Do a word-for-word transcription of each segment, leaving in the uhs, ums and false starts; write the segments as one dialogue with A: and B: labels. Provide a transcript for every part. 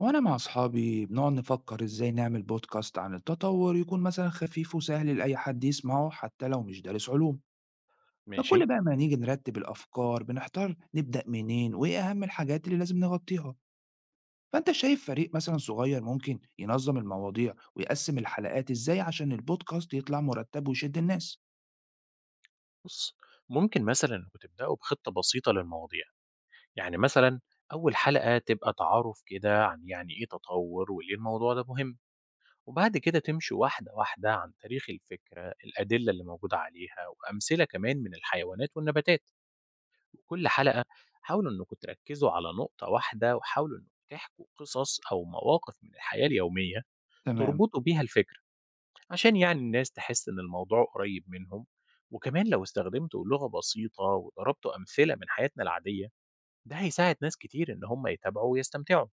A: وأنا مع أصحابي بنقعد نفكر إزاي نعمل بودكاست عن التطور يكون مثلا خفيف وسهل لأي حد يسمعه حتى لو مش دارس علوم.
B: ماشي.
A: فكل بقى ما نيجي نرتب الأفكار بنحتار نبدأ منين وإيه أهم الحاجات اللي لازم نغطيها. فأنت شايف فريق مثلا صغير ممكن ينظم المواضيع ويقسم الحلقات إزاي عشان البودكاست يطلع مرتب ويشد الناس؟
B: بص، ممكن مثلا انكم تبداوا بخطه بسيطه للمواضيع. يعني مثلا اول حلقه تبقى تعارف كده عن يعني ايه تطور وليه الموضوع ده مهم، وبعد كده تمشي واحده واحده عن تاريخ الفكره، الادله اللي موجوده عليها، وامثله كمان من الحيوانات والنباتات. وكل حلقه حاولوا انكم تركزوا على نقطه واحده، وحاولوا انكم تحكوا قصص او مواقف من الحياه اليوميه
A: تمام.
B: تربطوا بيها الفكره، عشان يعني الناس تحس إن الموضوع قريب منهم. وكمان لو استخدمته لغة بسيطة وضربته أمثلة من حياتنا العادية، ده هيساعد ناس كتير إن هم يتابعوا ويستمتعوا.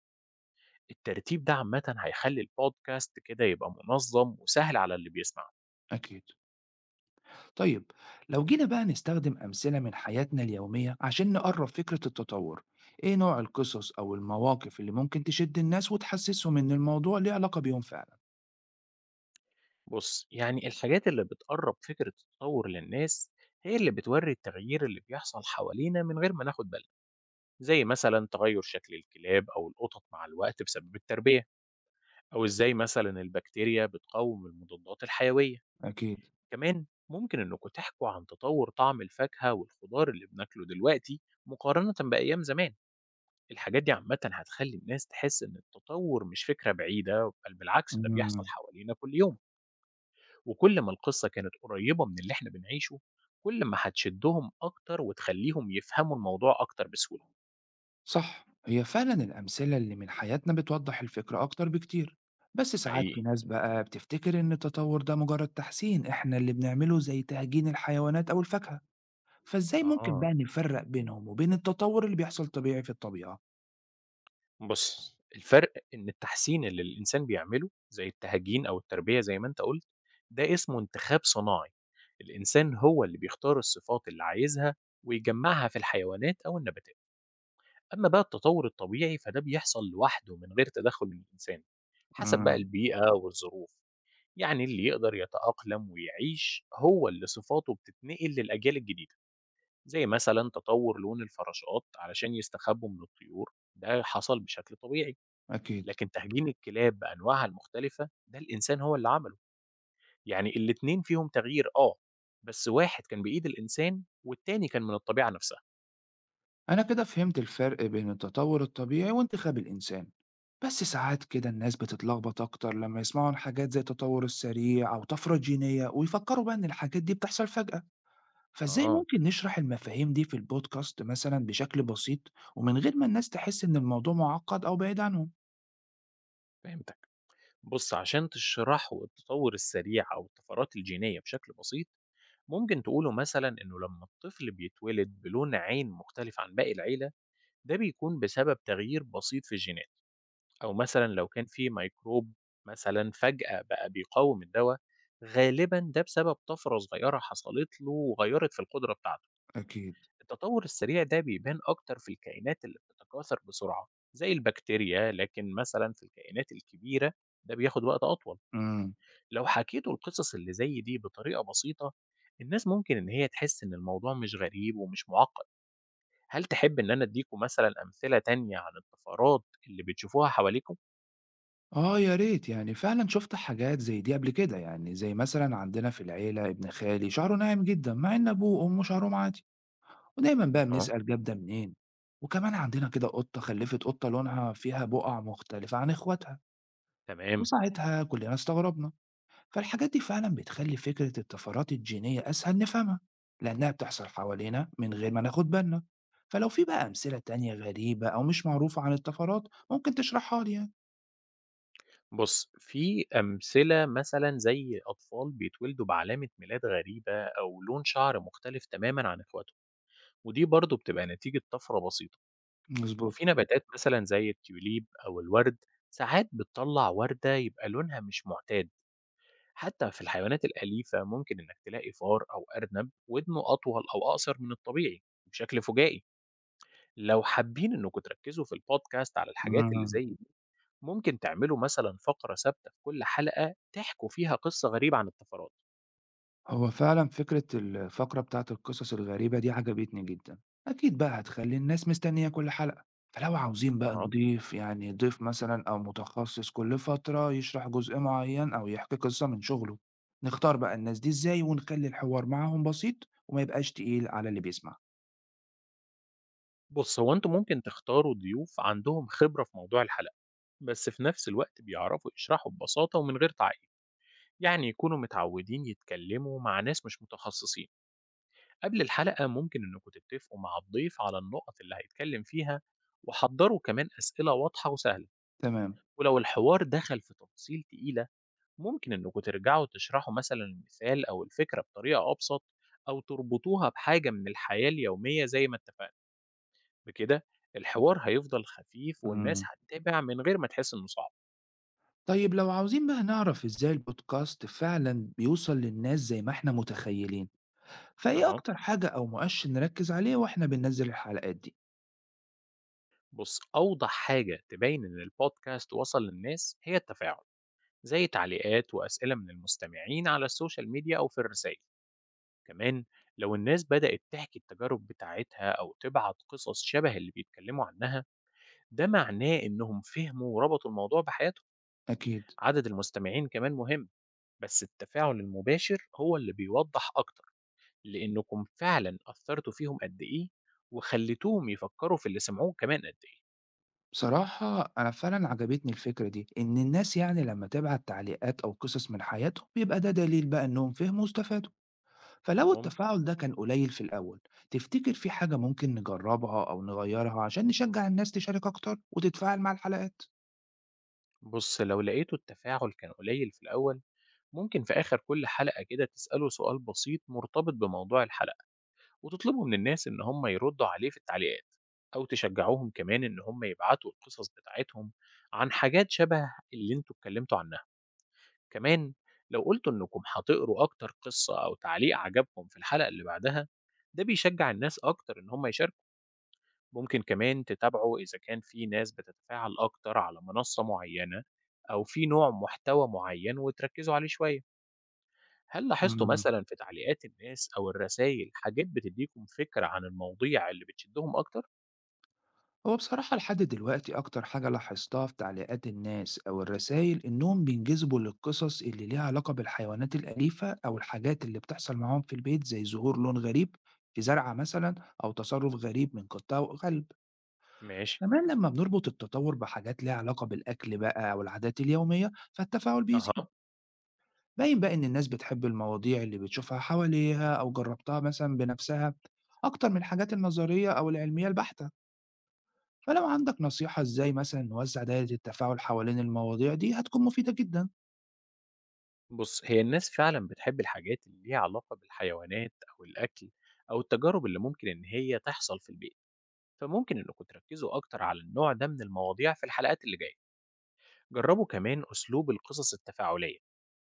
B: الترتيب ده عامة هيخلي البودكاست كده يبقى منظم وسهل على اللي بيسمع.
A: أكيد. طيب، لو جينا بقى نستخدم أمثلة من حياتنا اليومية عشان نقرب فكرة التطور، إيه نوع القصص أو المواقف اللي ممكن تشد الناس وتحسسهم إن الموضوع ليه علاقة بيهم فعلا؟
B: بص، يعني الحاجات اللي بتقرب فكرة التطور للناس هي اللي بتوري التغيير اللي بيحصل حوالينا من غير ما ناخد بالنا، زي مثلا تغير شكل الكلاب أو القطط مع الوقت بسبب التربية، أو إزاي مثلا البكتيريا بتقاوم المضادات الحيوية.
A: أكيد.
B: كمان ممكن إنكم تحكوا عن تطور طعم الفاكهة والخضار اللي بناكله دلوقتي مقارنة بأيام زمان. الحاجات دي عامة هتخلي الناس تحس إن التطور مش فكرة بعيدة، بل بالعكس ده بيحصل
A: مم.
B: حوالينا كل يوم. وكل ما القصة كانت قريبة من اللي إحنا بنعيشه، كل ما هتشدهم أكتر وتخليهم يفهموا الموضوع أكتر بسهولة.
A: صح، هي فعلا الأمثلة اللي من حياتنا بتوضح الفكرة أكتر بكتير. بس ساعات
B: حقيقي.
A: في ناس بقى بتفتكر إن التطور ده مجرد تحسين إحنا اللي بنعمله زي تهجين الحيوانات أو الفاكهة، فإزاي ممكن
B: آه،
A: بقى نفرق بينهم وبين التطور اللي بيحصل طبيعي في الطبيعة؟
B: بُص، الفرق إن التحسين اللي الإنسان بيعمله زي التهجين أو التربية زي ما أنت قُلت، ده اسمه انتخاب صناعي، الإنسان هو اللي بيختار الصفات اللي عايزها ويجمّعها في الحيوانات أو النباتات، أما بقى التطور الطبيعي فده بيحصل لوحده من غير تدخُّل من الإنسان، حسب بقى
A: مم.
B: البيئة والظروف، يعني اللي يقدر يتأقلم ويعيش هو اللي صفاته بتتنقل للأجيال الجديدة، زي مثلًا تطور لون الفراشات علشان يستخبوا من الطيور، ده حصل بشكل طبيعي.
A: أكيد.
B: لكن تهجين الكلاب بأنواعها المختلفة ده الإنسان هو اللي عمله، يعني الاتنين فيهم تغيير آه، بس واحد كان بإيد الإنسان والتاني كان من الطبيعة نفسها.
A: أنا كده فهمت الفرق بين التطور الطبيعي وانتخاب الإنسان. بس ساعات كده الناس بتتلخبط أكتر لما يسمعوا عن حاجات زي التطور السريع أو طفرة جينية ويفكروا بقى إن الحاجات دي بتحصل فجأة، فإزاي
B: اه،
A: ممكن نشرح المفاهيم دي في البودكاست مثلا بشكل بسيط ومن غير ما الناس تحس إن الموضوع معقد أو بعيد عنهم؟
B: فهمتك. بص، عشان تشرحه التطور السريع أو الطفرات الجينية بشكل بسيط، ممكن تقوله مثلا إنه لما الطفل بيتولد بلون عين مختلف عن باقي العيلة، ده بيكون بسبب تغيير بسيط في الجينات. أو مثلًا لو كان في ميكروب مثلًا فجأة بقى بيقاوم الدوا، غالبًا ده بسبب طفرة صغيرة حصلت له وغيّرت في القدرة بتاعته.
A: أكيد.
B: التطور السريع ده بيبان أكتر في الكائنات اللي بتتكاثر بسرعة زي البكتيريا، لكن مثلًا في الكائنات الكبيرة ده بياخد وقت أطول.
A: امم.
B: لو حكيته القصص اللي زي دي بطريقة بسيطة، الناس ممكن إن هي تحس إن الموضوع مش غريب ومش معقد. هل تحب إن أنا أديكم مثلًا أمثلة تانية عن الطفرات اللي بتشوفوها حواليكم؟
A: آه يا ريت، يعني فعلا شفت حاجات زي دي قبل كده، يعني زي مثلا عندنا في العيلة ابن خالي شعره ناعم جدا مع إن أبوه وأمه شعرهم عادي، ودايمًا بقى
B: آه.
A: بنسأل جاب ده منين، وكمان عندنا كده قطة خلّفت قطة لونها فيها بُقع مختلفة عن إخواتها،
B: تمام.
A: وساعتها كلنا استغربنا، فالحاجات دي فعلًا بتخلّي فكرة الطفرات الجينية أسهل نفهمها، لأنها بتحصل حوالينا من غير ما ناخد بالنا، فلو في بقى أمثلة تانية غريبة أو مش معروفة عن الطفرات ممكن تشرحها لي يعني؟
B: بُص، في أمثلة مثلًا زي أطفال بيتولدوا بعلامة ميلاد غريبة أو لون شعر مختلف تمامًا عن إخواتهم، ودي برضه بتبقى نتيجة طفرة بسيطة،
A: مضبوط.
B: وفي نباتات مثلًا زي التيوليب أو الورد ساعات بتطلّع وردة يبقى لونها مش معتاد، حتى في الحيوانات الأليفة ممكن إنك تلاقي فار أو أرنب ودنه أطول أو أقصر من الطبيعي بشكل فُجائي. لو حابين إنكم تركّزوا في البودكاست على الحاجات اللي
A: إمم.
B: زي، ممكن تعملوا مثلًا فقرة ثابتة في كل حلقة تحكوا فيها قصة غريبة عن الطفرات.
A: هو فعلا فكرة الفقرة بتاعة القصص الغريبة دي عجبتني جدا، أكيد بقى هتخلي الناس مستنية كل حلقة. فلو عاوزين بقى
B: أها،
A: نضيف يعني ضيف مثلا أو متخصص كل فترة يشرح جزء معين أو يحكي قصة من شغله، نختار بقى الناس دي إزاي ونخلي الحوار معاهم بسيط وما يبقاش تقيل على اللي بيسمع؟
B: بُص، هو أنتم ممكن تختاروا ضيوف عندهم خبرة في موضوع الحلقة، بس في نفس الوقت بيعرفوا يشرحوا ببساطة ومن غير تعقيد، يعني يكونوا متعودين يتكلموا مع ناس مش متخصصين. قبل الحلقة ممكن إنكم تتفقوا مع الضيف على النقط اللي هيتكلم فيها، وحضّروا كمان أسئلة واضحة وسهلة.
A: تمام.
B: ولو الحوار دخل في تفاصيل تقيلة، ممكن إنكم ترجعوا تشرحوا مثلا المثال أو الفكرة بطريقة أبسط، أو تربطوها بحاجة من الحياة اليومية زي ما اتفقنا. بكده الحوار هيفضل خفيف والناس
A: مم.
B: هتتابع من غير ما تحس إنه صعب.
A: طيب، لو عاوزين بقى نعرف إزاي البودكاست فعلا بيوصل للناس زي ما إحنا متخيلين، فإيه
B: أها،
A: أكتر حاجة أو مؤشر نركز عليه وإحنا بننزل الحلقات دي؟
B: بص، أوضح حاجة تبين إن البودكاست وصل للناس هي التفاعل، زي تعليقات وأسئلة من المستمعين على السوشيال ميديا أو في الرسائل. كمان لو الناس بدأت تحكي التجارب بتاعتها أو تبعت قصص شبه اللي بيتكلموا عنها، ده معناه إنهم فهموا وربطوا الموضوع بحياتهم.
A: أكيد.
B: عدد المستمعين كمان مهم، بس التفاعل المباشر هو اللي بيوضح أكتر لأنكم فعلا أثرتوا فيهم قد إيه وخليتوهم يفكروا في اللي سمعوه كمان قد إيه.
A: بصراحة أنا فعلا عجبتني الفكرة دي، إن الناس يعني لما تبعت تعليقات أو قصص من حياتهم بيبقى ده دليل بقى إنهم فهموا واستفادوا. فلو
B: ممكن.
A: التفاعل ده كان قليل في الأول، تفتكر في حاجة ممكن نجربها أو نغيرها عشان نشجع الناس تشارك أكتر وتتفاعل مع الحلقات؟
B: بص، لو لقيتوا التفاعل كان قليل في الأول، ممكن في آخر كل حلقة كده تسألوا سؤال بسيط مرتبط بموضوع الحلقة، وتطلبوا من الناس إن هم يردوا عليه في التعليقات، أو تشجعوهم كمان إن هم يبعتوا القصص بتاعتهم عن حاجات شبه اللي انتوا اتكلمتوا عنها. كمان لو قلتوا إنكم هتقروا أكتر قصة أو تعليق عجبكم في الحلقة اللي بعدها، ده بيشجع الناس أكتر إن هم يشاركوا. ممكن كمان تتابعوا إذا كان في ناس بتتفاعل أكتر على منصة معينة أو في نوع محتوى معين وتركزوا عليه شوية. هل لاحظتوا مثلا في تعليقات الناس أو الرسائل حاجات بتديكم فكرة عن المواضيع اللي بتشدهم أكتر؟
A: هو بصراحة لحد دلوقتي أكتر حاجة لاحظتها في تعليقات الناس أو الرسائل إنهم بينجذبوا للقصص اللي ليها علاقة بالحيوانات الأليفة أو الحاجات اللي بتحصل معاهم في البيت، زي ظهور لون غريب في زرعة مثلا، أو تصرف غريب من قطة أو كلب.
B: ماشي.
A: كمان لما بنربط التطور بحاجات ليها علاقة بالأكل بقى أو العادات اليومية فالتفاعل بيزيد.
B: أها،
A: باين بقى إن الناس بتحب المواضيع اللي بتشوفها حواليها أو جربتها مثلا بنفسها أكتر من الحاجات النظرية أو العلمية البحتة. فلو عندك نصيحة إزاي مثلًا نوزّع دايرة التفاعل حوالين المواضيع دي هتكون مفيدة جدًا.
B: بص، هي الناس فعلا بتحب الحاجات اللي ليها علاقة بالحيوانات أو الأكل أو التجارب اللي ممكن إن هي تحصل في البيئة، فممكن إنكم تركزوا أكتر على النوع ده من المواضيع في الحلقات اللي جاية. جربوا كمان أسلوب القصص التفاعلية،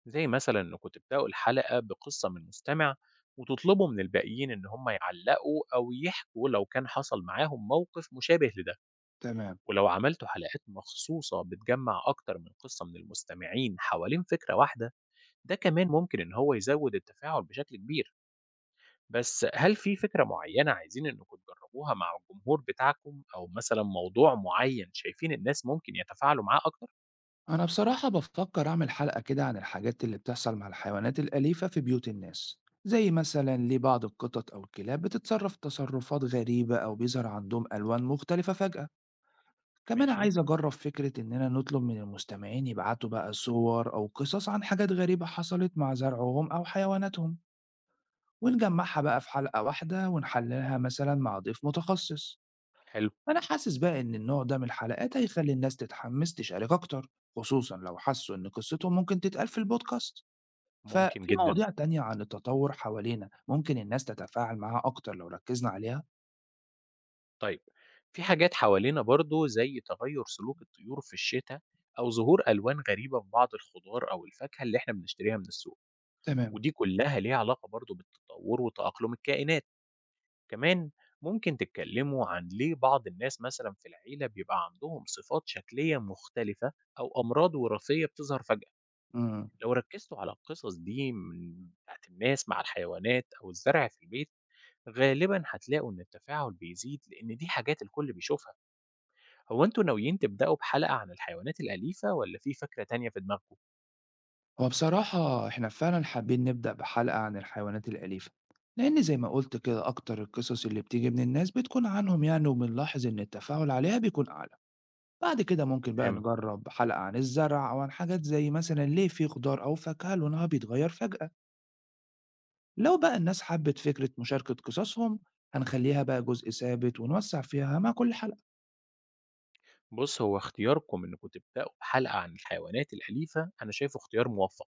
B: زي مثلا إنكم تبدأوا الحلقة بقصة من مستمع وتطلبوا من الباقيين إن هم يعلقوا أو يحكوا لو كان حصل معاهم موقف مشابه لده.
A: تمام.
B: ولو عملتوا حلقات مخصوصة بتجمع أكتر من قصة من المستمعين حوالين فكرة واحدة، ده كمان ممكن إن هو يزود التفاعل بشكل كبير. بس هل في فكرة معيّنة عايزين إنكم تجرّبوها مع الجمهور بتاعكم، أو مثلًا موضوع معيّن شايفين الناس ممكن يتفاعلوا معاه أكتر؟
A: أنا بصراحة بافكر أعمل حلقة كده عن الحاجات اللي بتحصل مع الحيوانات الأليفة في بيوت الناس، زي مثلًا ليه بعض القطط أو الكلاب بتتصرف تصرفات غريبة أو بيظهر عندهم ألوان مختلفة فجأة. كمان
B: ماشي.
A: عايز أجرب فكرة إننا نطلب من المستمعين يبعتوا بقى صور أو قصص عن حاجات غريبة حصلت مع زرعهم أو حيواناتهم، ونجمعها بقى في حلقة واحدة ونحللها مثلًا مع ضيف متخصص.
B: حلو.
A: أنا حاسس بقى إن النوع ده من الحلقات هيخلي الناس تتحمس تشارك أكتر، خصوصا لو حسوا إن قصتهم ممكن تتقال في البودكاست.
B: ممكن
A: ففي
B: جدًا.
A: مواضيع تانية عن التطور حوالينا ممكن الناس تتفاعل معاها أكتر لو ركزنا عليها؟
B: طيب، في حاجات حوالينا برضه زي تغيُّر سلوك الطيور في الشتا أو ظهور ألوان غريبة في بعض الخضار أو الفاكهة اللي إحنا بنشتريها من السوق،
A: تمام.
B: ودي كُلّها ليها علاقة برضه بالتطور وتأقلم الكائنات. كمان ممكن تتكلموا عن ليه بعض الناس مثلا في العيلة بيبقى عندهم صفات شكلية مختلفة أو أمراض وراثية بتظهر فجأة.
A: امم.
B: لو ركزتوا على القصص دي من بتاعت الناس مع الحيوانات أو الزرع في البيت، غالبا هتلاقوا إن التفاعل بيزيد لأن دي حاجات الكل بيشوفها. هو أنتوا ناويين تبدأوا بحلقة عن الحيوانات الأليفة ولا في فكرة تانية في دماغكم؟
A: هو بصراحة احنا فعلا حابين نبدأ بحلقة عن الحيوانات الأليفة، لأن زي ما قلت كده أكتر القصص اللي بتيجي من الناس بتكون عنهم يعني، وبنلاحظ إن التفاعل عليها بيكون أعلى. بعد كده ممكن بقى
B: تمام.
A: نجرب حلقة عن الزرع أو عن حاجات زي مثلا ليه في خضار أو فاكهة لونها بيتغير فجأة. لو بقى الناس حبت فكرة مشاركة قصصهم، هنخليها بقى جزء ثابت ونوسع فيها مع كل حلقة.
B: بص، هو اختياركم إنكم تبدأوا بحلقة عن الحيوانات الأليفة أنا شايفه اختيار موفق،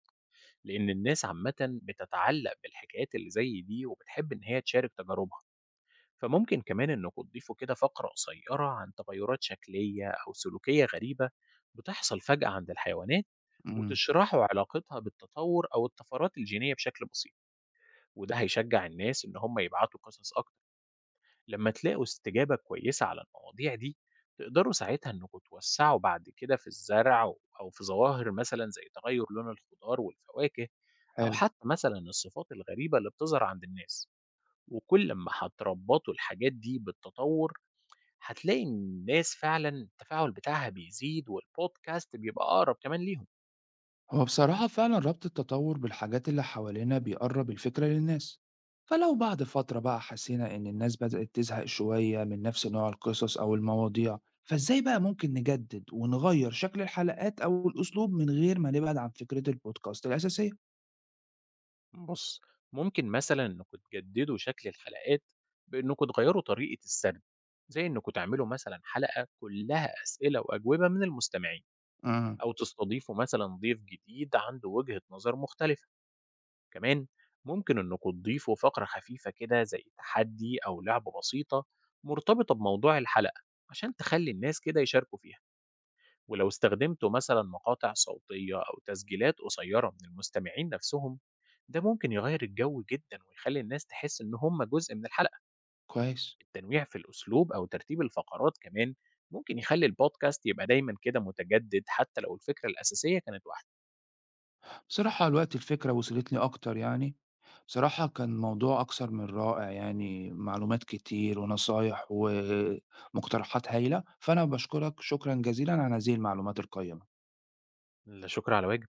B: لأن الناس عامةً بتتعلق بالحكايات اللي زي دي وبتحب إن هي تشارك تجاربها، فممكن كمان إنكم تضيفوا كده فقرة قصيرة عن تغيرات شكلية أو سلوكية غريبة بتحصل فجأة عند الحيوانات،
A: امم.
B: وتشرحوا علاقتها بالتطور أو الطفرات الجينية بشكل بسيط، وده هيشجع الناس إن هم يبعتوا قصص أكتر. لما تلاقوا استجابة كويسة على المواضيع دي، تقدروا ساعتها انكم توسعوا بعد كده في الزرع، او في ظواهر مثلا زي تغير لون الخضار والفواكه، او
A: حلو.
B: حتى مثلا الصفات الغريبة اللي بتظهر عند الناس. وكل ما هتربطوا الحاجات دي بالتطور، هتلاقي إن الناس فعلا التفاعل بتاعها بيزيد والبودكاست بيبقى اقرب كمان ليهم.
A: هو بصراحة فعلا ربط التطور بالحاجات اللي حوالينا بيقرب الفكرة للناس. فلو بعد فترة بقى حسينا إن الناس بدأت تزهق شوية من نفس نوع القصص أو المواضيع، فإزاي بقى ممكن نجدد ونغير شكل الحلقات أو الأسلوب من غير ما نبعد عن فكرة البودكاست الأساسية؟
B: بُص، ممكن مثلًا إنكم تجددوا شكل الحلقات بإنكم تغيروا طريقة السرد، زي إنكم تعملوا مثلًا حلقة كلها أسئلة وأجوبة من المستمعين،
A: إمم.
B: أو تستضيفوا مثلًا ضيف جديد عنده وجهة نظر مختلفة. كمان ممكن إنكم تضيفوا فقرة خفيفة كده زي تحدي أو لعبة بسيطة مرتبطة بموضوع الحلقة، عشان تخلي الناس كده يشاركوا فيها. ولو استخدمتوا مثلا مقاطع صوتية أو تسجيلات قصيرة من المستمعين نفسهم، ده ممكن يغير الجو جدا ويخلي الناس تحس إن هم جزء من الحلقة.
A: كويس.
B: التنويع في الأسلوب أو ترتيب الفقرات كمان ممكن يخلي البودكاست يبقى دايما كده متجدد حتى لو الفكرة الأساسية كانت واحدة.
A: بصراحة الوقت الفكرة وصلتني أكتر يعني، بصراحة كان موضوع أكثر من رائع يعني، معلومات كتير ونصايح ومقترحات هايلة، فأنا باشكرك شكرًا جزيلًا على هذه المعلومات القيّمة.
B: لا شكر على واجب.